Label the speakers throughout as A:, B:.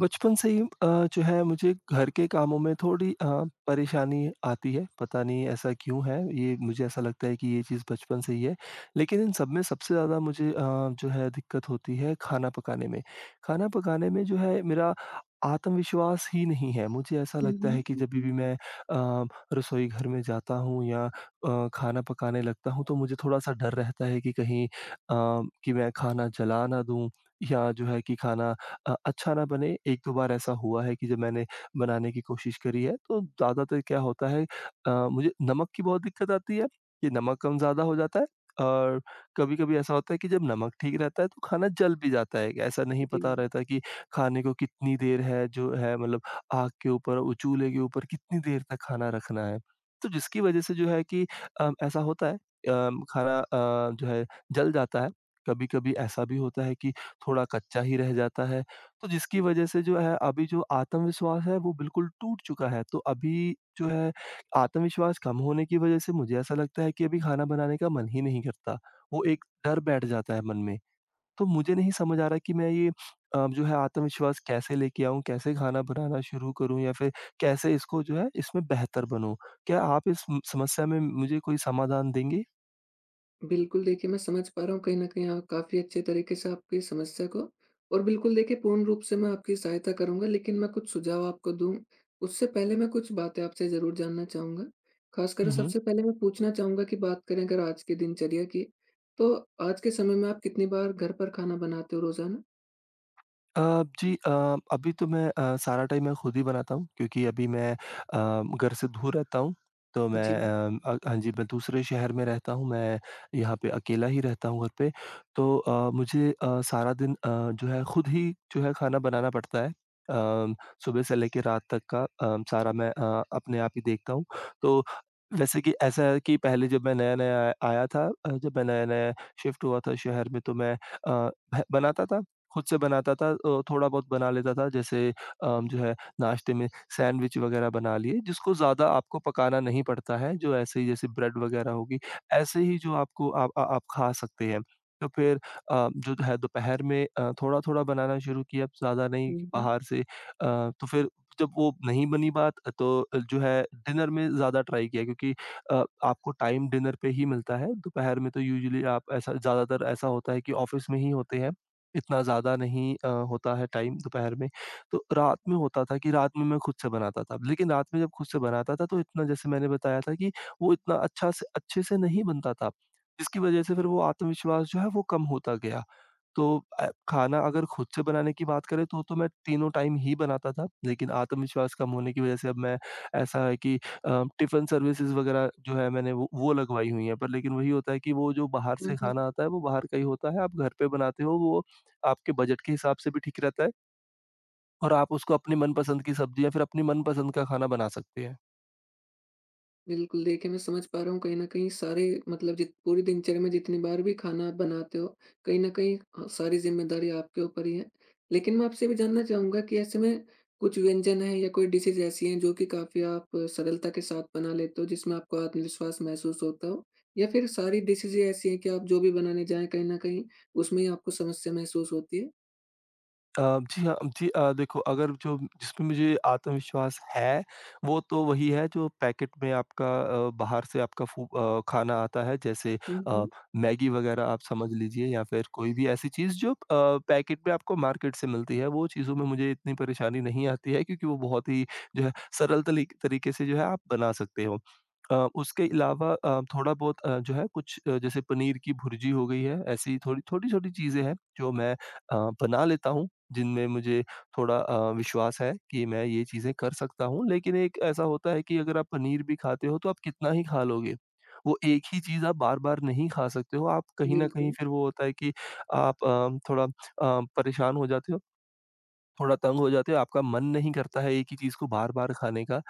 A: बचपन से ही जो है मुझे घर के कामों में थोड़ी परेशानी आती है, पता नहीं ऐसा क्यों है? ये मुझे ऐसा लगता है कि ये चीज़ बचपन से ही है। लेकिन इन सब में सबसे ज़्यादा मुझे जो है दिक्कत होती है खाना पकाने में। खाना पकाने में जो है मेरा आत्मविश्वास ही नहीं है। मुझे ऐसा
B: हुँ,
A: लगता
B: हुँ।
A: है कि जभी भी मैं रसोई घर में जाता हूँ या खाना पकाने लगता हूँ तो मुझे थोड़ा-सा डर रहता है कि कहीं कि मैं खाना जला ना दूँ या जो है कि खाना अच्छा ना बने। 1-2 बार ऐसा हुआ है कि जब मैंने बनाने की कोशिश करी है, तो ज़्यादातर क्या होता है मुझे नमक की बहुत दिक्कत आती है कि नमक कम ज़्यादा हो जाता है और कभी-कभी ऐसा होता है कि जब नमक ठीक रहता है, तो खाना जल भी जाता है। ऐसा नहीं
B: जी,
A: पता रहता कि खाने को कितनी देर है जो है मतलब आग के ऊपर, वो चूल्हे के ऊपर कितनी देर तक खाना रखना है। तो जिसकी वज़ह से जो है कि ऐसा होता है खाना जो है जल जाता है। कभी-कभी ऐसा भी होता है कि थोड़ा कच्चा ही रह जाता है। तो जिसकी वजह से जो है अभी जो आत्मविश्वास है वो बिल्कुल टूट चुका है। तो अभी जो है आत्मविश्वास कम होने की वजह से मुझे ऐसा लगता है कि अभी खाना बनाने का मन ही नहीं करता। वो एक डर बैठ जाता है मन में। तो मुझे नहीं समझ आ रहा कि मैं ये जो है आत्मविश्वास कैसे लेके आऊँ? कैसे खाना बनाना शुरू करूँ या फिर कैसे इसको जो है इसमें बेहतर बनूँ? क्या आप इस समस्या में मुझे कोई समाधान देंगे?
B: बिल्कुल देखिए मैं समझ पा रहा हूँ कहीं न कहीं आप काफ़ी अच्छे तरीके से आपकी समस्या को। और बिल्कुल देखिए पूर्ण रूप से मैं आपकी सहायता करूँगा, लेकिन मैं कुछ सुझाव आपको दूँ, उससे पहले मैं कुछ बातें आपसे ज़रूर जानना चाहूँगा। ख़ासकर
A: हुँ, हुँ।
B: सबसे पहले मैं पूछना चाहूँगा कि बात करें अगर आज की दिनचर्या की, तो आज के समय में आप कितनी बार घर पर खाना बनाते हो रोज़ाना?
A: अ, जी अभी तो मैं सारा टाइम मैं खुद ही बनाता हूँ क्योंकि अभी मैं घर से दूर रहता हूँ। तो मैं
B: जी।
A: हाँ जी, मैं दूसरे शहर में रहता हूँ, मैं यहाँ पे अकेला ही रहता हूँ घर पे। तो मुझे सारा दिन जो है खुद ही जो है खाना बनाना पड़ता है। सुबह से लेके रात तक का सारा मैं अपने आप ही देखता हूँ। तो वैसे कि ऐसा है कि पहले जब मैं नया-नया आया था जब मैं नया-नया शिफ्ट हुआ था शहर में तो मैं अ, भ बनाता था खुद से बनाता था थोड़ा बहुत बना लेता था जैसे जो है नाश्ते में सैंडविच वगैरह बना लिए जिसको ज़्यादा आपको पकाना नहीं पड़ता है, जो ऐसे ही जैसे ब्रेड वगैरह होगी, ऐसे ही जो आपको आप खा सकते हैं। तो फिर जो है दोपहर में थोड़ा-थोड़ा बनाना शुरू किया, ज़्यादा नहीं
B: हुँ, हुँ।
A: बाहर से तो फिर जब वो नहीं बनी बात तो जो है डिनर में ज़्यादा ट्राई किया क्योंकि आपको टाइम डिनर पे ही मिलता है, दोपहर में तो यूजुअली आप ऐसा ज़्यादातर ऐसा होता है कि ऑफ़िस में ही होते हैं। इतना ज़्यादा नहीं होता है टाइम दोपहर में, तो रात में होता था कि रात में मैं खुद से बनाता था। लेकिन रात में जब खुद से बनाता था तो इतना जैसे मैंने बताया था कि वो इतना अच्छा से अच्छे से नहीं बनता था, जिसकी वज़ह से फिर वो आत्मविश्वास जो है वो कम होता गया। तो खाना अगर खुद से बनाने की बात करें तो, मैं तीनों टाइम ही बनाता था, लेकिन आत्मविश्वास कम होने की वजह से अब मैं ऐसा है कि टिफ़िन सर्विसेज़ वगैरह जो है मैंने वो लगवाई हुई हैं। पर लेकिन वही होता है कि वो जो बाहर
B: हुँ,
A: से
B: हुँ।
A: खाना आता है वो बाहर का ही होता है, आप घर पे बनाते हो वो आपके बजट के हिसाब से भी ठीक रहता है और आप उसको अपनी मनपसंद की सब्ज़ी या फिर अपनी मनपसंद का खाना बना सकते हैं।
B: बिल्कुल, देखिए मैं समझ पा रहा हूँ कहीं न कहीं सारे मतलब जित पूरी दिनचर्या में जितनी बार भी खाना आप बनाते हो, कहीं न कहीं सारी ज़िम्मेदारी आपके ऊपर ही है। लेकिन मैं आपसे भी जानना चाहूँगा कि ऐसे में कुछ व्यंजन हैं या कोई डिशेज़ ऐसी हैं जो कि काफ़ी आप सरलता के साथ बना लेते हो, जिसमें आपको आत्मविश्वास महसूस होता हो? या फिर सारी डिशेज़ ही ऐसी हैं कि आप जो भी बनाने जाएँ कहीं न कहीं उसमें ही आपको समस्या महसूस होती है?
A: अ, जी हाँ, जी देखो अगर जो जिसमें मुझे आत्मविश्वास है, वो तो वही है जो पैकेट में आपका बाहर से आपका खाना आता है जैसे
B: हुँ,
A: अ,
B: हुँ।
A: मैगी वग़ैरह आप समझ लीजिए या फिर कोई भी ऐसी चीज़ जो पैकेट में आपको मार्केट से मिलती है, वो चीज़ों में मुझे इतनी परेशानी नहीं आती है क्योंकि वो बहुत ही जो है सरल तली तरीके से जो है आप बना सकते हो। अ, उसके अलावा थोड़ा बहुत जो है कुछ जैसे पनीर की भुर्जी हो गई है, ऐसी थोड़ी छोटी-छोटी चीज़ें हैं जो मैं बना लेता हूँ। जिनमें मुझे थोड़ा विश्वास है कि मैं ये चीज़ें कर सकता हूँ। लेकिन एक ऐसा होता है कि अगर आप पनीर भी खाते हो तो आप कितना ही खा लोगे? वो एक ही चीज़ आप बार-बार नहीं खा सकते हो। आप कहीं न कहीं
B: बिल्कुल।
A: फिर वो होता है कि आप थोड़ा परेशान हो जाते हो। थोड़ा तंग हो जाते हो, आपका मन नहीं करता है एक ही चीज़ को बार-बार खाने का।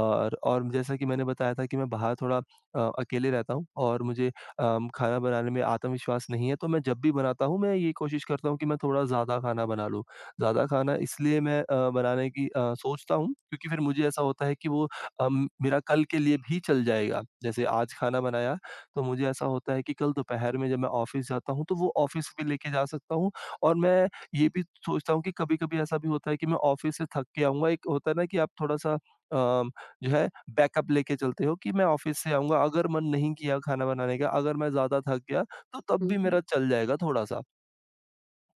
A: और जैसा कि मैंने बताया था कि मैं बाहर थोड़ा अकेले रहता हूँ और मुझे खाना बनाने में आत्मविश्वास नहीं है, तो मैं जब भी बनाता हूँ, मैं ये कोशिश करता हूँ कि मैं थोड़ा ज़्यादा खाना बना लूँ। ज़्यादा खाना इसलिए मैं बनाने की सोचता हूँ, क्योंकि फिर मुझे ऐसा होता है कि वो मेरा कल के लिए भी चल जाएगा। जैसे आज खाना बनाया, तो मुझे ऐसा होता है कि कल दोपहर में जब मैं ऑफ़िस जाता हूँ, तो वो ऑफ़िस भी लेके जा सकता हूँ और मैं ये भी सोचता हूँ कि कभी-कभी ऐसा भी होता है कि मैं ऑफ़िस से थक के आऊँगा, एक होता है ना कि आप थोड़ा-सा अ, जो है बैकअप लेके चलते हो कि मैं ऑफ़िस से आऊँगा, अगर मन नहीं किया खाना बनाने का, अगर मैं ज़्यादा थक गया, तो तब
B: हुँ,
A: भी
B: हुँ।
A: मेरा चल जाएगा थोड़ा-सा।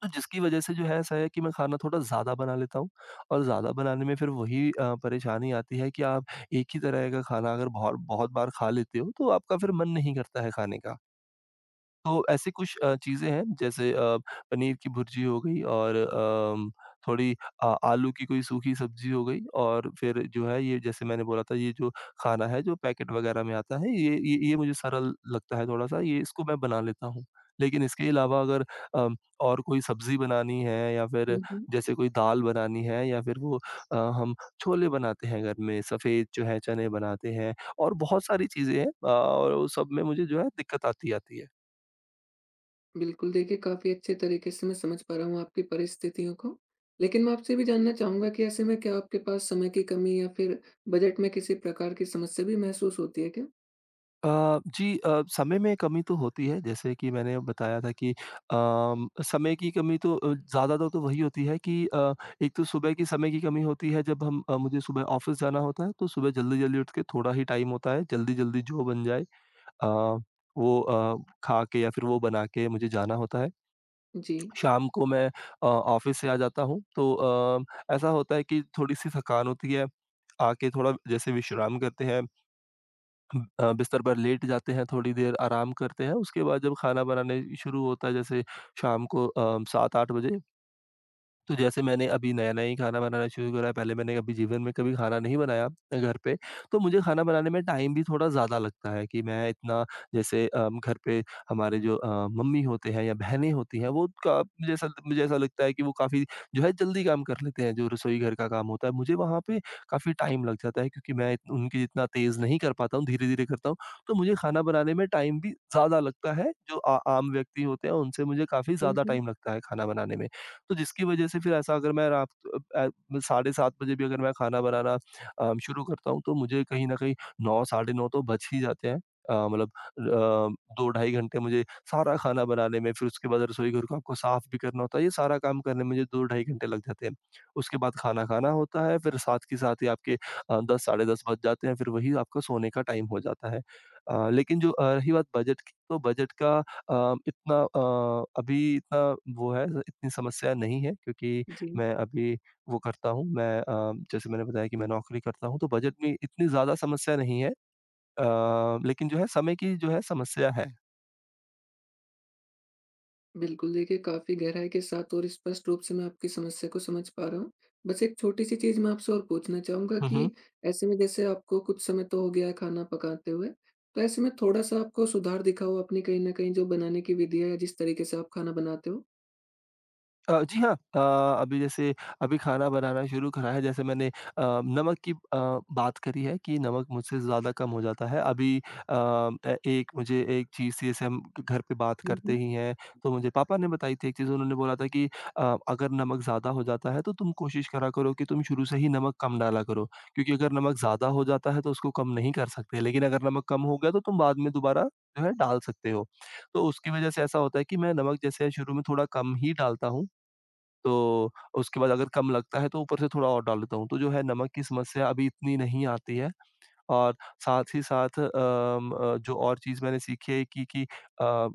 A: तो जिसकी वजह से जो है ऐसा है कि मैं खाना थोड़ा ज़्यादा बना लेता हूँ और ज़्यादा बनाने में फिर वही परेशानी आती है कि आप एक ही तरह का खाना अगर बहुत बहुत बार खा लेते हो, तो आपका फिर मन नहीं करता है खाने का। तो ऐसे कुछ चीज़ें हैं जैसे पनीर की भुर्जी हो गई और थोड़ी आलू की कोई सूखी सब्ज़ी हो गई और फिर जो है ये जैसे मैंने बोला था ये जो खाना है जो पैकेट वग़ैरह में आता है ये मुझे सरल लगता है थोड़ा-सा ये इसको मैं बना लेता हूँ। लेकिन इसके अलावा अगर और कोई सब्ज़ी बनानी है या फिर
B: हुँ, हुँ।
A: जैसे कोई दाल बनानी है या फिर वो हम छोले बनाते हैं घर में, सफ़ेद जो है चने बनाते हैं और बहुत सारी चीज़ें हैं और वो सब में मुझे जो है दिक्कत आती आती है।
B: बिल्कुल, देखिए काफ़ी अच्छे तरीके से मैं समझ पा रहा हूँ आपकी परिस्थितियों को। लेकिन मैं आपसे भी जानना चाहूँगा कि ऐसे में क्या आपके पास समय की कमी या फिर बजट में किसी प्रकार की समस्या भी महसूस होती है क्या?
A: जी समय में कमी तो होती है जैसे कि मैंने बताया था कि समय की कमी तो ज़्यादातर तो वही होती है कि एक तो सुबह की समय की कमी होती है जब हम मुझे सुबह ऑफिस जाना होता है तो सुबह जल्दी-जल्दी उठ के थोड़ा ही टाइम होता है जल्दी-जल्दी जो बन जाए अ, वो खा के या फिर वो बना के मुझे जाना होता है।
B: जी।
A: शाम को मैं ऑफिस से आ जाता हूँ तो ऐसा होता है कि थोड़ी-सी थकान होती है। आके थोड़ा जैसे विश्राम करते हैं। हम बिस्तर पर लेट जाते हैं, थोड़ी देर आराम करते हैं, उसके बाद जब खाना बनाने शुरू होता है जैसे शाम को 7-8 बजे तो जैसे मैंने अभी नया-नया ही खाना बनाना शुरू करा है, पहले मैंने कभी जीवन में कभी खाना नहीं बनाया घर पे, तो मुझे खाना बनाने में टाइम भी थोड़ा ज़्यादा लगता है कि मैं इतना जैसे घर पे हमारे जो मम्मी होते हैं या बहनें होती हैं, वो का मुझे ऐसा लगता है कि वो काफ़ी जो है जल्दी काम कर लेते हैं, जो रसोई घर का काम होता है। मुझे वहाँ पे काफ़ी टाइम लग जाता है क्योंकि मैं इत उनके जितना तेज़ नहीं कर पाता हूँ, धीरे-धीरे करता हूँ, तो मुझे खाना बनाने में टाइम भी ज़्यादा लगता है, जो आ आम व्यक्ति होते हैं, उनसे मुझे काफ़ी
B: हुँ,
A: ज़्यादा
B: हुँ।
A: टाइम लगता है खाना बनाने में। तो जिसकी वजह से फिर ऐसा अगर मैं रात अ, साढ़े 7 बजे भी अगर मैं खाना बनाना शुरू करता हूँ तो मुझे कहीं न कहीं 9 साढ़े 9 तो बज ही जाते हैं। मतलब 2 ढाई घंटे मुझे सारा खाना बनाने में फिर उसके बाद रसोईघर को आपको साफ भी करना होता है, ये सारा काम करने में मुझे 2 ढाई घंटे लग जाते हैं। उसके बाद खाना खाना होता है, फिर साथ के साथ ही आपके 10 साढ़े 10 बज जाते हैं, फिर वही आपका सोने का टाइम हो जाता है। लेकिन जो रही बात बजट की, तो बजट का अ, इतना अभी इतना वो है इतनी समस्या नहीं है क्योंकि
B: जी।
A: मैं अभी वो करता हूँ मैं जैसे मैंने बताया कि मैं नौकरी करता हूँ तो बजट में इतनी ज़्यादा समस्या नहीं है लेकिन जो है समय की जो है समस्या है।
B: बिल्कुल, देखिए काफ़ी गहराई के साथ और स्पष्ट रूप से मैं आपकी समस्या को समझ पा रहा हूँ। बस एक छोटी-सी चीज़ मैं आपसे और पूछना चाहूँगा
A: हुँ, हुँ।
B: कि ऐसे में जैसे आपको कुछ समय तो हो गया है खाना पकाते हुए, तो ऐसे में थोड़ा-सा आपको सुधार दिखा हो अपनी, कहीं न कहीं जो बनाने की विधि है, या जिस तरीके से आप खाना बनाते हो?
A: जी हाँ। अभी जैसे अभी खाना बनाना शुरू करा है, जैसे मैंने नमक की बात करी है कि नमक मुझसे ज़्यादा कम हो जाता है। अभी अ, ए एक मुझे एक चीज़ थी, जैसे हम घर पे बात
B: हुँ,
A: करते
B: हुँ।
A: ही हैं, तो मुझे पापा ने बताई थी एक चीज़, उन्होंने बोला था कि "अगर नमक ज़्यादा हो जाता है, तो तुम कोशिश करा करो कि तुम शुरू से ही नमक कम डाला करो, क्योंकि अगर नमक ज़्यादा हो जाता है, तो उसको कम नहीं कर सकते, लेकिन अगर नमक कम हो गया, तो तुम बाद में दोबारा जो है, डाल सकते हो।" तो उसकी वजह से ऐसा होता है कि मैं नमक जैसे शुरू में थोड़ा कम ही डालता हूँ। तो उसके बाद अगर कम लगता है तो ऊपर से थोड़ा और डाल देता हूँ। तो जो है नमक की समस्या अभी इतनी नहीं आती है। और साथ ही साथ जो और चीज़ मैंने सीखी है कि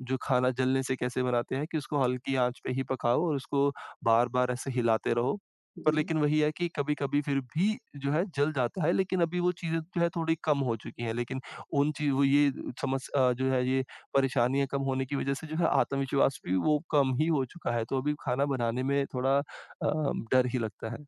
A: जो खाना जलने से कैसे बनाते हैं कि उसको हल्की आँच पे ही पकाओ और उसको बार-बार ऐसे हिलाते रहो। पर
B: जी।
A: लेकिन वही है कि कभी-कभी फिर भी जो है जल जाता है, लेकिन अभी वो चीज़ें जो है थोड़ी कम हो चुकी हैं। लेकिन उन चीज़ वो ये जो है ये परेशानियाँ कम होने की वज़ह से जो है आत्मविश्वास भी वो कम ही हो चुका है, तो अभी खाना बनाने में थोड़ा डर ही लगता है।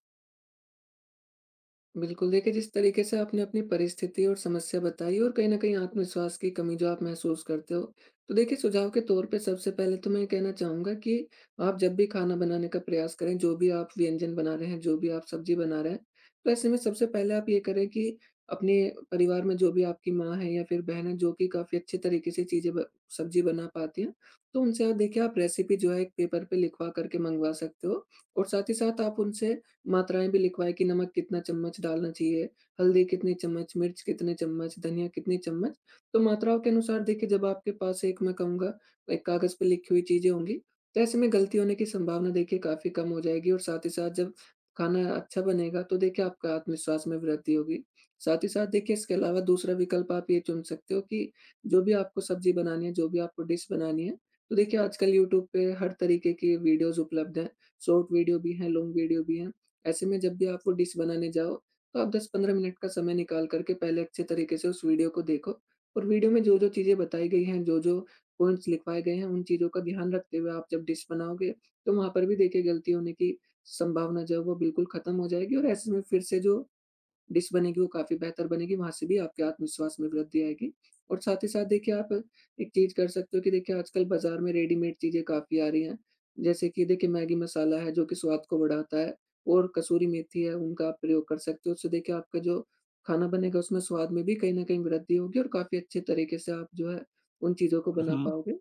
B: बिल्कुल, देखिए जिस तरीके से आपने अपनी परिस्थिति और समस्या बताई और कहीं न कहीं आत्मविश्वास की कमी जो आप महसूस करते हो, तो देखिए सुझाव के तौर पे सबसे पहले तो मैं ये कहना चाहूँगा कि आप जब भी खाना बनाने का प्रयास करें, जो भी आप व्यंजन बना रहे हैं, जो भी आप सब्ज़ी बना रहे हैं, तो ऐसे में सबसे पहले आप ये करें कि अपने परिवार में जो भी आपकी माँ है या फिर बहन है जो कि काफ़ी अच्छे तरीके से चीज़ें ब सब्ज़ी बना पाती हैं, तो उनसे आप देखिए आप रेसिपी जो है एक पेपर पे लिखवा कर के मँगवा सकते हो और साथ ही साथ आप उनसे मात्राएँ भी लिखवाएँ कि नमक कितना चम्मच डालना चाहिए, हल्दी कितनी चम्मच, मिर्च कितने चम्मच, धनिया कितनी चम्मच। तो मात्राओं के अनुसार देखिए जब आपके पास एक मैं कहूँगा एक कागज़ पे लिखी हुई चीज़ें होंगी, तो ऐसे में गलती होने की संभावना देखिए काफ़ी कम हो जाएगी और साथ ही साथ जब खाना अच्छा बनेगा तो देखिए आपका आत्मविश्वास में वृद्धि होगी। साथ ही साथ देखिए इसके अलावा दूसरा विकल्प आप ये चुन सकते हो कि जो भी आपको सब्ज़ी बनानी है, जो भी आपको डिश बनानी है, तो देखिए आजकल यूट्यूब पे हर तरीके की वीडियोज़ उपलब्ध हैं। शॉर्ट वीडियो भी हैं, लॉन्ग वीडियो भी हैं। ऐसे में जब भी आप वो डिश बनाने जाओ, तो आप 10-15 मिनट का समय निकाल कर के पहले अच्छे तरीके से उस वीडियो को देखो और वीडियो में जो-जो चीज़ें बताई गई हैं, जो-जो पॉइंट्स लिखवाए गए हैं, उन चीज़ों का ध्यान रखते हुए आप जब डिश बनाओगे, तो वहाँ पर भी देखिए गलती होने की संभावना जो है वो बिल्कुल खत्म हो जाएगी और ऐसे में फिर से जो डिश बनेगी वो काफ़ी बेहतर बनेगी, वहाँ से भी आपके आत्मविश्वास में वृद्धि आएगी। और साथ ही साथ देखिए आप एक चीज़ कर सकते हो कि देखिए आजकल बाज़ार में रेडीमेड चीज़ें काफ़ी आ रही हैं। जैसे कि देखिए मैगी मसाला है जो कि स्वाद को बढ़ाता है और कसूरी मेथी है, उनका आप प्रयोग कर सकते हो। उससे देखिए आपका जो खाना बनेगा उसमें स्वाद में भी कहीं न कहीं वृद्धि होगी और काफ़ी अच्छे तरीके से आप जो है उन चीज़ों को बना
A: हुँ,
B: पाओगे।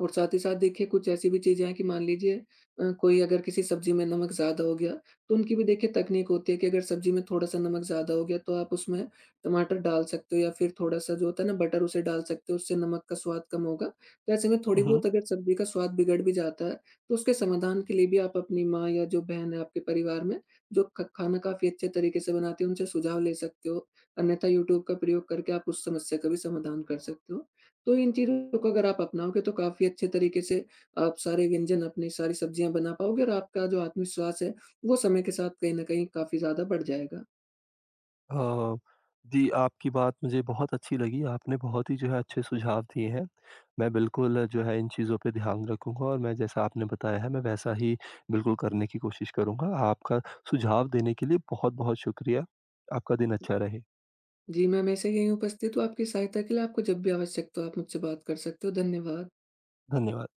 B: और साथ ही साथ देखिए कुछ ऐसी भी चीज़ें हैं कि मान लीजिए कोई अगर किसी सब्ज़ी में नमक ज़्यादा हो गया, तो उनकी भी देखिए तकनीक होती है कि अगर सब्ज़ी में थोड़ा-सा नमक ज़्यादा हो गया तो आप उसमें टमाटर डाल सकते हो या फिर थोड़ा-सा जो होता है ना बटर उसे डाल सकते हो, उससे नमक का स्वाद कम होगा। तो ऐसे में थोड़ी
A: हुँ।
B: बहुत अगर सब्ज़ी का स्वाद बिगड़ भी जाता है, तो उसके समाधान के लिए भी आप अपनी माँ या जो बहन है आपके परिवार में, जो ख खाना काफ़ी अच्छे तरीके से बनाती है उनसे सुझाव ले सकते हो। अन्यथा यूट्यूब का प्रयोग करके आप उस समस्या का भी समाधान कर सकते हो। तो इन चीज़ों को अगर आप अपनाओगे तो काफ़ी अच्छे तरीके से आप सारे व्यंजन अपनी सारी सब्जियाँ बना पाओगे और आपका जो आत्मविश्वास है, वो समय के साथ कहीं न कहीं काफ़ी ज़्यादा बढ़ जाएगा।
A: अ, जी, आपकी बात मुझे बहुत अच्छी लगी। आपने बहुत ही जो है अच्छे सुझाव दिए हैं। मैं बिल्कुल जो है इन चीज़ों पे ध्यान रखूँगा और मैं जैसा आपने बताया है मैं वैसा ही बिल्कुल करने की कोशिश करूँगा। आपका सुझाव देने के लिए बहुत-बहुत शुक्रिया। आपका दिन अच्छा रहे।
B: जी, मैं हमेशा यहीं उपस्थित हूँ आपकी सहायता के लिए, आपको जब भी आवश्यकता हो आप मुझसे बात कर सकते हो। धन्यवाद।
A: धन्यवाद।